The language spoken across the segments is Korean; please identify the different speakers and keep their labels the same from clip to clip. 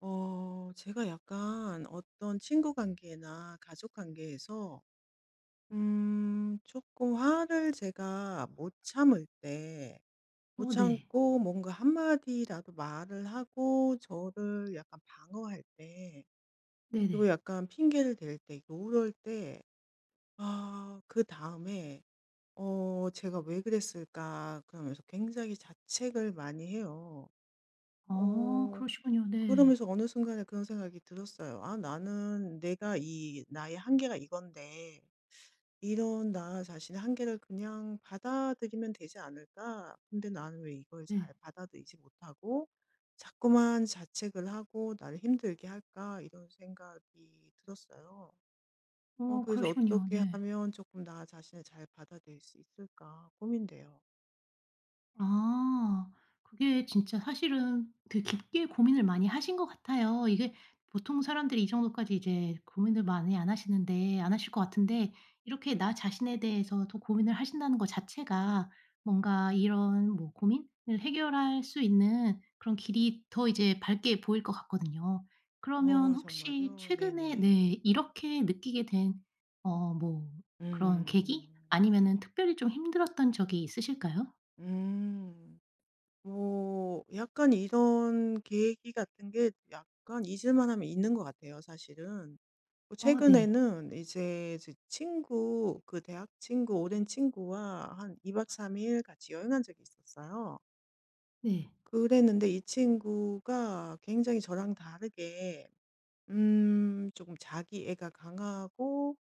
Speaker 1: 제가 약간 어떤 친구 관계나 가족 관계에서, 조금 화를 제가 못 참을 때, 못
Speaker 2: 어 네.
Speaker 1: 참고 뭔가 한마디라도 말을 하고 저를 약간 방어할 때, 그리고
Speaker 2: 네네.
Speaker 1: 약간 핑계를 댈 때, 이럴 때, 아, 그 다음에, 제가 왜 그랬을까, 그러면서 굉장히 자책을 많이 해요.
Speaker 2: 아
Speaker 1: 어,
Speaker 2: 그러시군요. 네.
Speaker 1: 그러면서 어느 순간에 그런 생각이 들었어요. '아 나는 내가 이 나의 한계가 이건데 이런 나 자신의 한계를 그냥 받아들이면 되지 않을까? 근데 나는 왜 이걸
Speaker 2: 네.
Speaker 1: 잘 받아들이지 못하고 자꾸만 자책을 하고 나를 힘들게 할까?' 이런 생각이 들었어요. 어
Speaker 2: 어
Speaker 1: 그래서
Speaker 2: 그러시군요.
Speaker 1: '어떻게
Speaker 2: 네.
Speaker 1: 하면 조금 나 자신을 잘 받아들일 수 있을까?' 고민돼요.
Speaker 2: 아. 그게 진짜 사실은 되게 깊게 고민을 많이 하신 것 같아요. 이게 보통 사람들이 이 정도까지 이제 고민을 많이 안 하시는데 안 하실 것 같은데, 이렇게 나 자신에 대해서 더 고민을 하신다는 것 자체가 뭔가 이런 뭐 고민을 해결할 수 있는 그런 길이 더 이제 밝게 보일 것 같거든요. 그러면
Speaker 1: 어 정말요?
Speaker 2: 혹시 최근에
Speaker 1: 네네.
Speaker 2: 네 이렇게 느끼게 된 뭐 그런 계기
Speaker 1: 음.
Speaker 2: 아니면은 특별히 좀 힘들었던 적이 있으실까요?
Speaker 1: 음. 뭐 약간 이런 계기 같은 게 약간 잊을만 하면 있는 것 같아요, 사실은. 뭐
Speaker 2: 어 네.
Speaker 1: 최근에는 이제 제 친구, 그 대학 친구, 오랜 친구와 한 2박 3일 같이 여행한 적이 있었어요.
Speaker 2: 네.
Speaker 1: 그랬는데 이 친구가 굉장히 저랑 다르게 조금 자기애가 강하고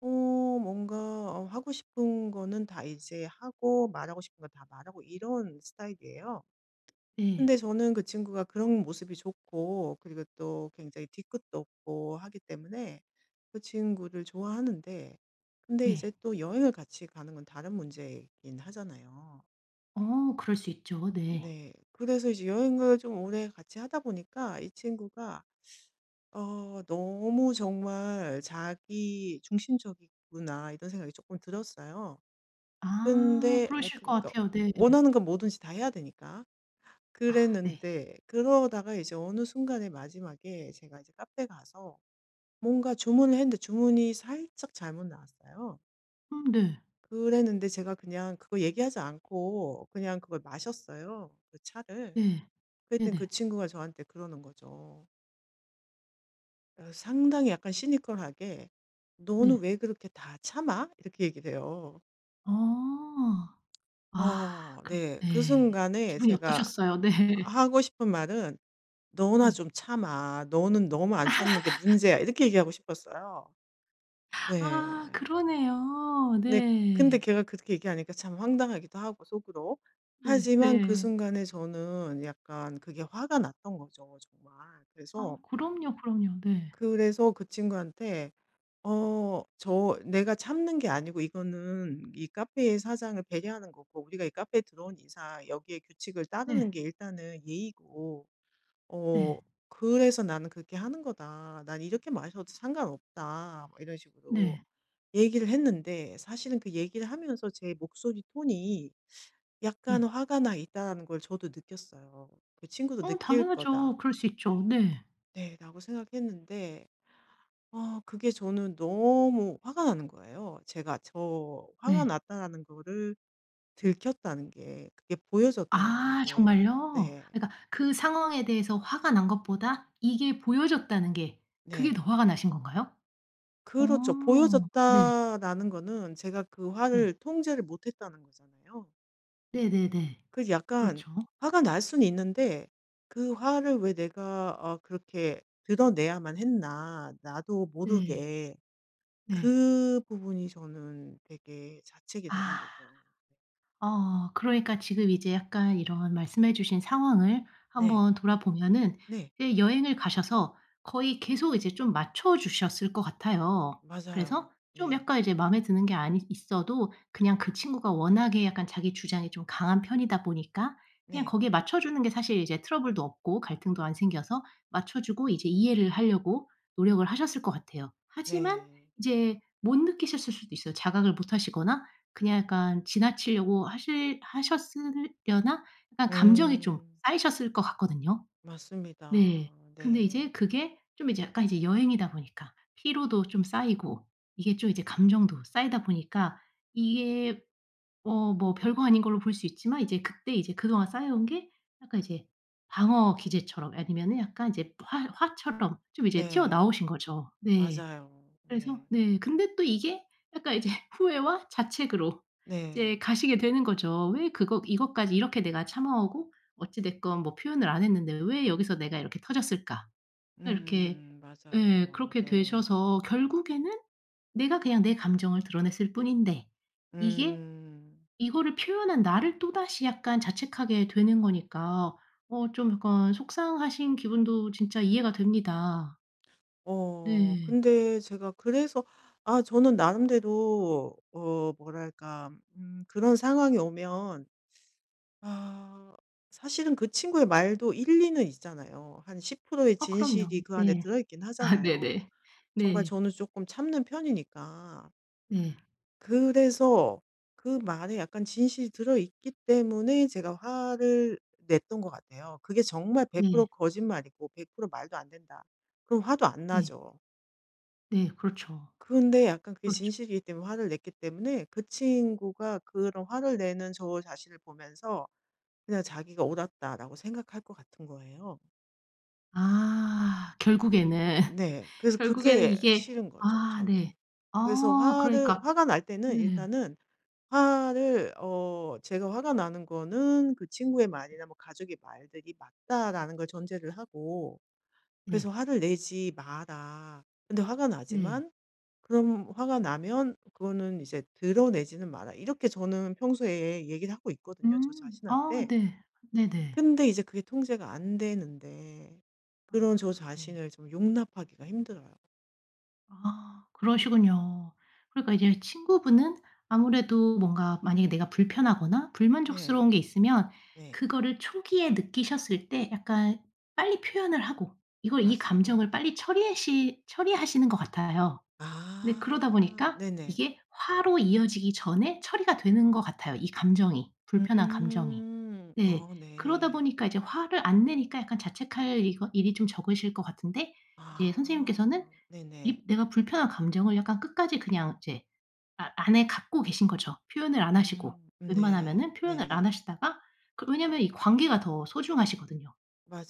Speaker 1: 어, 뭔가 하고 싶은 거는 다 이제 하고 말하고 싶은 거 다 말하고 이런 스타일이에요.
Speaker 2: 네.
Speaker 1: 근데 저는 그 친구가 그런 모습이 좋고 그리고 또 굉장히 뒤끝도 없고 하기 때문에 그 친구를 좋아하는데 근데 이제
Speaker 2: 네.
Speaker 1: 또 여행을 같이 가는 건 다른 문제이긴 하잖아요.
Speaker 2: 어 그럴 수 있죠. 네.
Speaker 1: 네. 그래서 이제 여행을 좀 오래 같이 하다 보니까 이 친구가 어 너무 정말 자기 중심적이구나 이런 생각이 조금 들었어요.
Speaker 2: 아
Speaker 1: 근데 어
Speaker 2: 그러실 것
Speaker 1: 그러니까
Speaker 2: 같아요. 네.
Speaker 1: 원하는 건 뭐든지 다 해야 되니까.
Speaker 2: 아 네.
Speaker 1: 그랬는데 그러다가 이제 어느 순간에 마지막에 제가 이제 카페 가서 뭔가 주문을 했는데 주문이 살짝 잘못 나왔어요.
Speaker 2: 네.
Speaker 1: 그랬는데 제가 그냥 그거 얘기하지 않고 그냥 그걸 마셨어요. 그 차를.
Speaker 2: 네.
Speaker 1: 그랬더니 그
Speaker 2: 네네.
Speaker 1: 친구가 저한테 그러는 거죠. 상당히 약간 시니컬하게 "너는
Speaker 2: 네.
Speaker 1: 왜 그렇게 다 참아?" 이렇게 얘기를 해요.
Speaker 2: 어. 아
Speaker 1: 아
Speaker 2: 그럼
Speaker 1: 네. 그
Speaker 2: 네.
Speaker 1: 순간에
Speaker 2: 기분이
Speaker 1: 제가
Speaker 2: 어떠셨어요? 네.
Speaker 1: 하고 싶은 말은 "너나
Speaker 2: 네.
Speaker 1: 좀 참아. 너는 너무 안 참는 게 문제야." 이렇게 얘기하고 싶었어요. 네.
Speaker 2: 아 그러네요.
Speaker 1: 네. 근데
Speaker 2: 네.
Speaker 1: 걔가 그렇게 얘기하니까 참 황당하기도 하고 속으로.
Speaker 2: 네.
Speaker 1: 하지만 그
Speaker 2: 네.
Speaker 1: 순간에 저는 약간 그게 화가 났던 거죠 정말.
Speaker 2: 아
Speaker 1: 그래서
Speaker 2: 그럼요, 그럼요. 네.
Speaker 1: 그 친구한테 "어 저 내가 참는 게 아니고 이거는 이 카페의 사장을 배려하는 거고 우리가 이 카페에 들어온 이상 여기에 규칙을 따르는
Speaker 2: 네.
Speaker 1: 게 일단은 예의고" 어
Speaker 2: 네.
Speaker 1: 그래서 "나는 그렇게 하는 거다. 난 이렇게 마셔도 상관없다." 막 이런 식으로
Speaker 2: 네.
Speaker 1: 얘기를 했는데 사실은 그 얘기를 하면서 제 목소리 톤이 약간
Speaker 2: 네.
Speaker 1: 화가 나 있다는 걸 저도 느꼈어요. 그 친구도
Speaker 2: 어
Speaker 1: "느낄 거다."
Speaker 2: 당연하죠. 그럴 수 있죠. 네.
Speaker 1: 네 라고 생각했는데 어 그게 저는 너무 화가 나는 거예요. 제가 저 화가
Speaker 2: 네.
Speaker 1: 났다는 거를 들켰다는 게 그게 보여졌다는
Speaker 2: 아
Speaker 1: 게.
Speaker 2: 정말요?
Speaker 1: 네.
Speaker 2: 그러니까 그 상황에 대해서 화가 난 것보다 이게 보여졌다는 게 그게
Speaker 1: 네.
Speaker 2: 더 화가 나신 건가요?
Speaker 1: 그렇죠.
Speaker 2: 어 네.
Speaker 1: 보여졌다라는 거는 제가 그
Speaker 2: 네.
Speaker 1: 화를 통제를 못 했다는 거잖아요.
Speaker 2: 네네네.
Speaker 1: 그래서 약간
Speaker 2: 그렇죠.
Speaker 1: 화가 날 수는 있는데 그 화를 왜 내가 어 그렇게 드러내야만 했나. 나도
Speaker 2: 네.
Speaker 1: 모르게.
Speaker 2: 네.
Speaker 1: 그 부분이 저는 되게 자책이 되는
Speaker 2: 아.
Speaker 1: 거죠.
Speaker 2: 어 그러니까 지금 이제 약간 이런 말씀해 주신 상황을
Speaker 1: 네.
Speaker 2: 한번 돌아보면은
Speaker 1: 네.
Speaker 2: 이제 여행을 가셔서 거의 계속 이제 좀 맞춰 주셨을 것 같아요. 그래서
Speaker 1: 맞아요.
Speaker 2: 좀
Speaker 1: 네.
Speaker 2: 약간 이제 마음에 드는 게 아니 있어도 그냥 그 친구가 워낙에 약간 자기 주장이 좀 강한 편이다 보니까 그냥
Speaker 1: 네.
Speaker 2: 거기에 맞춰 주는 게 사실 이제 트러블도 없고 갈등도 안 생겨서 맞춰 주고 이제 이해를 하려고 노력을 하셨을 것 같아요. 하지만
Speaker 1: 네.
Speaker 2: 이제 못 느끼셨을 수도 있어요. 자각을 못 하시거나 그냥 약간 지나치려고 하실 하셨으려나, 약간 감정이 좀
Speaker 1: 음.
Speaker 2: 쌓이셨을 것 같거든요.
Speaker 1: 맞습니다.
Speaker 2: 네. 근데
Speaker 1: 네.
Speaker 2: 이제 그게 좀 이제 약간 이제 여행이다 보니까 피로도 좀 쌓이고 이게 좀 이제 감정도 쌓이다 보니까 이게 어 뭐 별거 아닌 걸로 볼 수 있지만 이제 그때 이제 그동안 쌓여온 게 약간 이제 방어 기제처럼 아니면은 약간 이제 화 화처럼 좀 이제
Speaker 1: 네.
Speaker 2: 튀어나오신 거죠. 네.
Speaker 1: 맞아요.
Speaker 2: 그래서
Speaker 1: 네.
Speaker 2: 네 근데 또 이게 약간 이제 후회와 자책으로
Speaker 1: 네.
Speaker 2: 이제 가시게 되는 거죠. '왜 그거 이것까지 이렇게 내가 참아오고 어찌 됐건 뭐 표현을 안 했는데 왜 여기서 내가 이렇게 터졌을까?' 이렇게 예
Speaker 1: 맞아요.
Speaker 2: 그렇게
Speaker 1: 네.
Speaker 2: 되셔서
Speaker 1: 네.
Speaker 2: 결국에는 내가 그냥 내 감정을 드러냈을 뿐인데 이게
Speaker 1: 음.
Speaker 2: 이거를 표현한 나를 또다시 약간 자책하게 되는 거니까 어 좀 약간 속상하신 기분도 진짜 이해가 됩니다.
Speaker 1: 어
Speaker 2: 네.
Speaker 1: 근데 제가 그래서 아 저는 나름대로 어 뭐랄까 그런 상황이 오면 아 사실은 그 친구의 말도 일리는 있잖아요. 한 10%의
Speaker 2: 아 그럼요.
Speaker 1: 진실이 그 안에
Speaker 2: 네.
Speaker 1: 들어 있긴
Speaker 2: 아
Speaker 1: 하잖아요.
Speaker 2: 네네.
Speaker 1: 정말
Speaker 2: 네.
Speaker 1: 저는 조금 참는 편이니까.
Speaker 2: 네.
Speaker 1: 그래서 그 말에 약간 진실이 들어 있기 때문에 제가 화를 냈던 것 같아요. 그게 정말 100%
Speaker 2: 네.
Speaker 1: 거짓말이고 100% 말도 안 된다. 그럼 화도 안
Speaker 2: 네.
Speaker 1: 나죠.
Speaker 2: 네. 그렇죠.
Speaker 1: 근데 약간 그게
Speaker 2: 그렇죠.
Speaker 1: 진실이기 때문에 화를 냈기 때문에 그 친구가 그런 화를 내는 저 자신을 보면서 그냥 자기가 옳았다라고 생각할 것 같은 거예요.
Speaker 2: 아 결국에는,
Speaker 1: 네. 그래서
Speaker 2: 결국에는
Speaker 1: 그게
Speaker 2: 이게
Speaker 1: 싫은 거죠,
Speaker 2: 아
Speaker 1: 저는.
Speaker 2: 네.
Speaker 1: 그래서
Speaker 2: 아
Speaker 1: 화를
Speaker 2: 그러니까
Speaker 1: 화가 날 때는
Speaker 2: 네.
Speaker 1: 일단은 화를 어 제가 화가 나는 거는 그 친구의 말이나 뭐 가족의 말들이 맞다라는 걸 전제를 하고
Speaker 2: 네.
Speaker 1: 그래서 "화를 내지 마라." 근데 화가
Speaker 2: 네.
Speaker 1: 나지만 그럼 "화가 나면 그거는 이제 드러내지는 마라." 이렇게 저는 평소에 얘기를 하고 있거든요, 저
Speaker 2: 음. 아
Speaker 1: 자신한테.
Speaker 2: 네. 네네.
Speaker 1: 근데 이제 그게 통제가 안 되는데
Speaker 2: 아
Speaker 1: 그런 저
Speaker 2: 네.
Speaker 1: 자신을 좀 용납하기가 힘들어요.
Speaker 2: 아 그러시군요. 그러니까 이제 친구분은 아무래도 뭔가 만약에 내가 불편하거나
Speaker 1: 네.
Speaker 2: 불만족스러운 게 있으면
Speaker 1: 네.
Speaker 2: 그거를 초기에 느끼셨을 때 약간 빨리 표현을 하고 이걸 이
Speaker 1: 맞습 어.
Speaker 2: 감정을 빨리 처리하시는 것 같아요. 근데 그러다
Speaker 1: 아.
Speaker 2: 보니까
Speaker 1: 네네.
Speaker 2: 이게 화로 이어지기 전에 처리가 되는 것 같아요, 이 감정이. 불편한 감정이.
Speaker 1: 음.
Speaker 2: 네.
Speaker 1: 어
Speaker 2: 그러다
Speaker 1: 네.
Speaker 2: 보니까 이제 화를 안 내니까 약간 자책할 이거 일이 좀 적으실 것 같은데 이제 선생님께서는
Speaker 1: 아. 네네.
Speaker 2: 이 내가 불편한 감정을 약간 끝까지 그냥 이제 아 안에 갖고 계신 거죠. 표현을 안 하시고
Speaker 1: 음. 네.
Speaker 2: 웬만하면은 표현을 안
Speaker 1: 네네.
Speaker 2: 하시다가 그 왜냐면 이 관계가 더 소중하시거든요.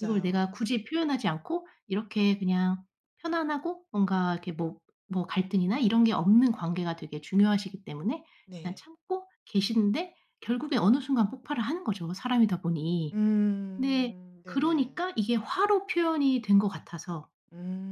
Speaker 2: 이걸 내가 굳이 표현하지 않고 이렇게 그냥 편안하고 뭔가 이렇게 뭐 뭐 갈등이나 이런 게 없는 관계가 되게 중요하시기 때문에 일단
Speaker 1: 네.
Speaker 2: 참고 계시는데 결국에 어느 순간 폭발을 하는 거죠, 사람이다 보니. 근데
Speaker 1: 음. 네네.
Speaker 2: 그러니까 이게 화로 표현이 된 것 같아서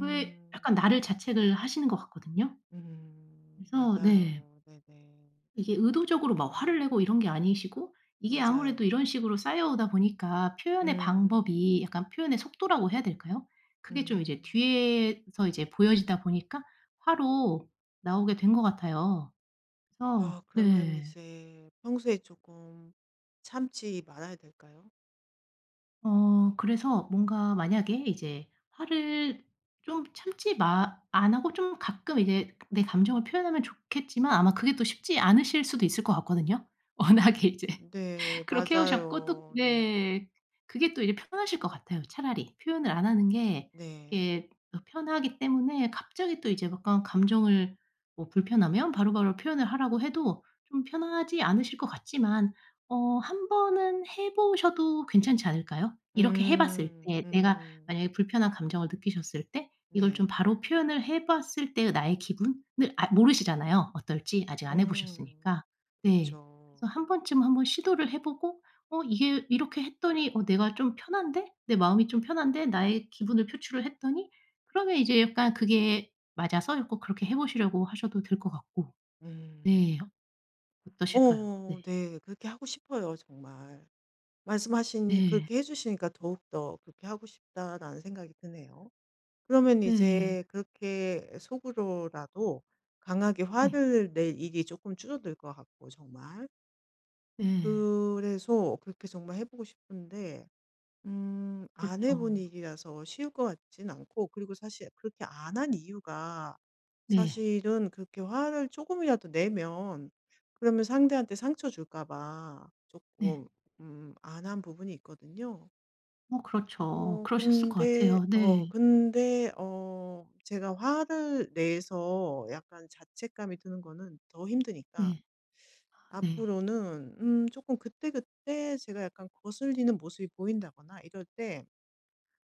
Speaker 2: 왜 약간 나를 자책을 하시는 것 같거든요.
Speaker 1: 음.
Speaker 2: 그래서 네.
Speaker 1: 맞아요. 네네.
Speaker 2: 이게 의도적으로 막 화를
Speaker 1: 아.
Speaker 2: 내고 이런 게 아니시고 이게 아무래도
Speaker 1: 맞아요.
Speaker 2: 이런 식으로 쌓여오다 보니까 표현의
Speaker 1: 음.
Speaker 2: 방법이 약간 표현의 속도라고 해야 될까요? 그게 좀 이제
Speaker 1: 음.
Speaker 2: 뒤에서 이제 보여지다 보니까 화로 나오게 된 것 같아요. 그래서
Speaker 1: 아 그러면
Speaker 2: 네.
Speaker 1: 이제 평소에 조금 참지 말아야 될까요?
Speaker 2: 어 그래서 뭔가 만약에 이제 화를 좀 참지 마 안 하고 좀 가끔 이제 내 감정을 표현하면 좋겠지만 아마 그게 또 쉽지 않으실 수도 있을 것 같거든요. 워낙에
Speaker 1: 음.
Speaker 2: 이제
Speaker 1: 네.
Speaker 2: 그렇게 해 오셨고 또
Speaker 1: 맞아요. 네.
Speaker 2: 네. 그게 또 이제 편하실 것 같아요 차라리. 표현을 안 하는 게
Speaker 1: 네.
Speaker 2: 이게 더 편하기 때문에 갑자기 또 이제 약간 감정을 뭐 불편하면 바로바로 표현을 하라고 해도 좀 편하지 않으실 것 같지만 어 한 번은 해 보셔도 괜찮지 않을까요? 이렇게 해 봤을
Speaker 1: 음.
Speaker 2: 때 내가
Speaker 1: 음.
Speaker 2: 만약에 불편한 감정을 느끼셨을 때 이걸
Speaker 1: 네.
Speaker 2: 좀 바로 표현을 해 봤을 때의 나의 기분을 아 모르시잖아요 어떨지. 아직 안 해
Speaker 1: 음.
Speaker 2: 보셨으니까.
Speaker 1: 그
Speaker 2: 네.
Speaker 1: 죠
Speaker 2: 그래서 한 번쯤 한번 시도를 해 보고 '어 이게 이렇게 했더니 어 내가 좀 편한데? 내 마음이 좀 편한데?' 나의 기분을 표출을 했더니, 그러면 이제 약간 그게 맞아서 꼭 그렇게 해 보시려고 하셔도 될 것 같고. 네.
Speaker 1: 음.
Speaker 2: 어떠실까요?
Speaker 1: 어
Speaker 2: 네.
Speaker 1: 네. 그렇게 하고 싶어요 정말. 말씀하시니
Speaker 2: 네.
Speaker 1: 그렇게 해 주시니까 더욱더 '그렇게 하고 싶다.'라는 생각이 드네요. 그러면
Speaker 2: 네.
Speaker 1: 이제 그렇게 속으로라도 강하게
Speaker 2: 네.
Speaker 1: 화를 낼 일이 조금 줄어들 것 같고 정말.
Speaker 2: 네.
Speaker 1: 그래서 그렇게 정말 해 보고 싶은데 안 해본
Speaker 2: 그렇죠.
Speaker 1: 일이라서 쉬울 것 같진 않고 그리고 사실 그렇게 안 한 이유가
Speaker 2: 네.
Speaker 1: 사실은 그렇게 화를 조금이라도 내면 그러면 상대한테 상처 줄까 봐
Speaker 2: 네.
Speaker 1: 조금 안 한 부분이 있거든요.
Speaker 2: 어 그렇죠.
Speaker 1: 어
Speaker 2: 그러셨을 것
Speaker 1: 근데
Speaker 2: 같아요.
Speaker 1: 어
Speaker 2: 네.
Speaker 1: 근데 어 제가 화를 내서 약간 자책감이 드는 거는 더 힘드니까
Speaker 2: 네. 아 네.
Speaker 1: 앞으로는 금 그때그때 제가 약간 거슬리는 모습이 보인다거나 이럴 때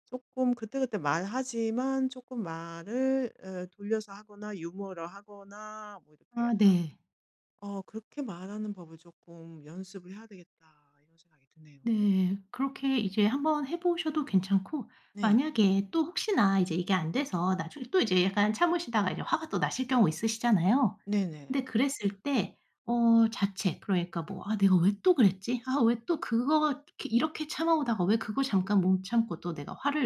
Speaker 1: 조금 그때그때 말하지만 조금 말을 돌려서 하거나 유머를 하거나 뭐 이렇게
Speaker 2: 아
Speaker 1: 약간
Speaker 2: 네.
Speaker 1: '어 그렇게 말하는 법을 조금 연습을 해야 되겠다.' 이런 생각이 드네요.
Speaker 2: 네. 그렇게 이제 한번 해 보셔도 괜찮고,
Speaker 1: 네.
Speaker 2: 만약에 또 혹시나 이제 이게 안 돼서 나중에 또 이제 약간 참으시다가 이제 화가 또 나실 경우 있으시잖아요.
Speaker 1: 네네.
Speaker 2: 근데 그랬을 때 어 자책, 그러니까 뭐 '아 내가 왜 또 그랬지? 아 왜 또 그거 이렇게 이렇게 참아오다가 왜 그거 잠깐 못 참고 또 내가 화를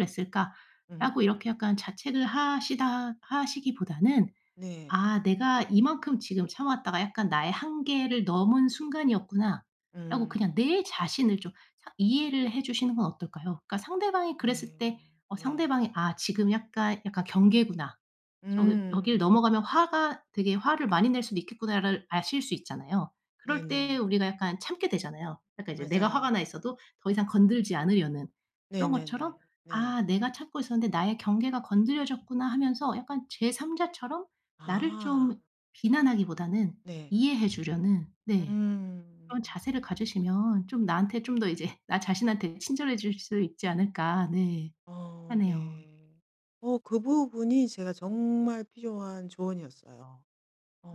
Speaker 1: 음.
Speaker 2: 냈을까?'라고 이렇게 약간 자책을 하시다 하시기보다는
Speaker 1: 네.
Speaker 2: '아 내가 이만큼 지금 참아왔다가 약간 나의 한계를 넘은 순간이었구나.'라고 그냥
Speaker 1: 음.
Speaker 2: 내 자신을 좀 사 이해를 해 주시는 건 어떨까요? 그러니까 상대방이 그랬을 때
Speaker 1: 네.
Speaker 2: 어
Speaker 1: 네.
Speaker 2: 상대방이 '아 지금 약간, 약간 경계구나. 저기 여기를
Speaker 1: 음.
Speaker 2: 넘어가면 화가 되게 화를 많이 낼 수도 있겠구나.'를 아실 수 있잖아요. 그럴 때
Speaker 1: 네네.
Speaker 2: 우리가 약간 참게 되잖아요. 약간 이제 내가 화가 나
Speaker 1: 맞아요.
Speaker 2: 있어도 더 이상 건들지 않으려는, 그런
Speaker 1: 네네네. 네.
Speaker 2: 것처럼
Speaker 1: 네, 네,
Speaker 2: '아 내가 참고 있었는데 나의 경계가 건드려졌구나.' 하면서 약간 제삼자처럼 나를 좀
Speaker 1: 아.
Speaker 2: 비난하기보다는
Speaker 1: 네.
Speaker 2: 이해해 주려는 네 그런
Speaker 1: 음.
Speaker 2: 자세를 가지시면 좀 나한테 좀 더 이제 나 자신한테 친절해 질 수 있지 않을까 네
Speaker 1: 어
Speaker 2: 하네요.
Speaker 1: 네. 어 그 부분이 제가 정말 필요한 조언이었어요.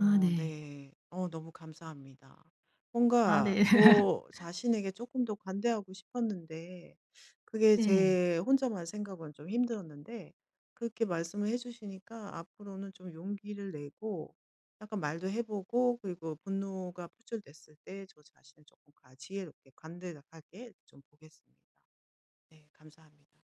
Speaker 2: 아 네.
Speaker 1: 네. 어 너무 감사합니다.
Speaker 2: 아
Speaker 1: 뭔가
Speaker 2: 네.
Speaker 1: 저 자신에게 조금 더 관대하고 싶었는데 그게
Speaker 2: 네.
Speaker 1: 제 혼자만 생각은 좀 힘들었는데 그렇게 말씀을 해 주시니까 앞으로는 좀 용기를 내고 약간 말도 해 보고 그리고 분노가 표출됐을 때 저 자신을 조금 가 지혜롭게 관대하게 좀 보겠습니다. 네 감사합니다.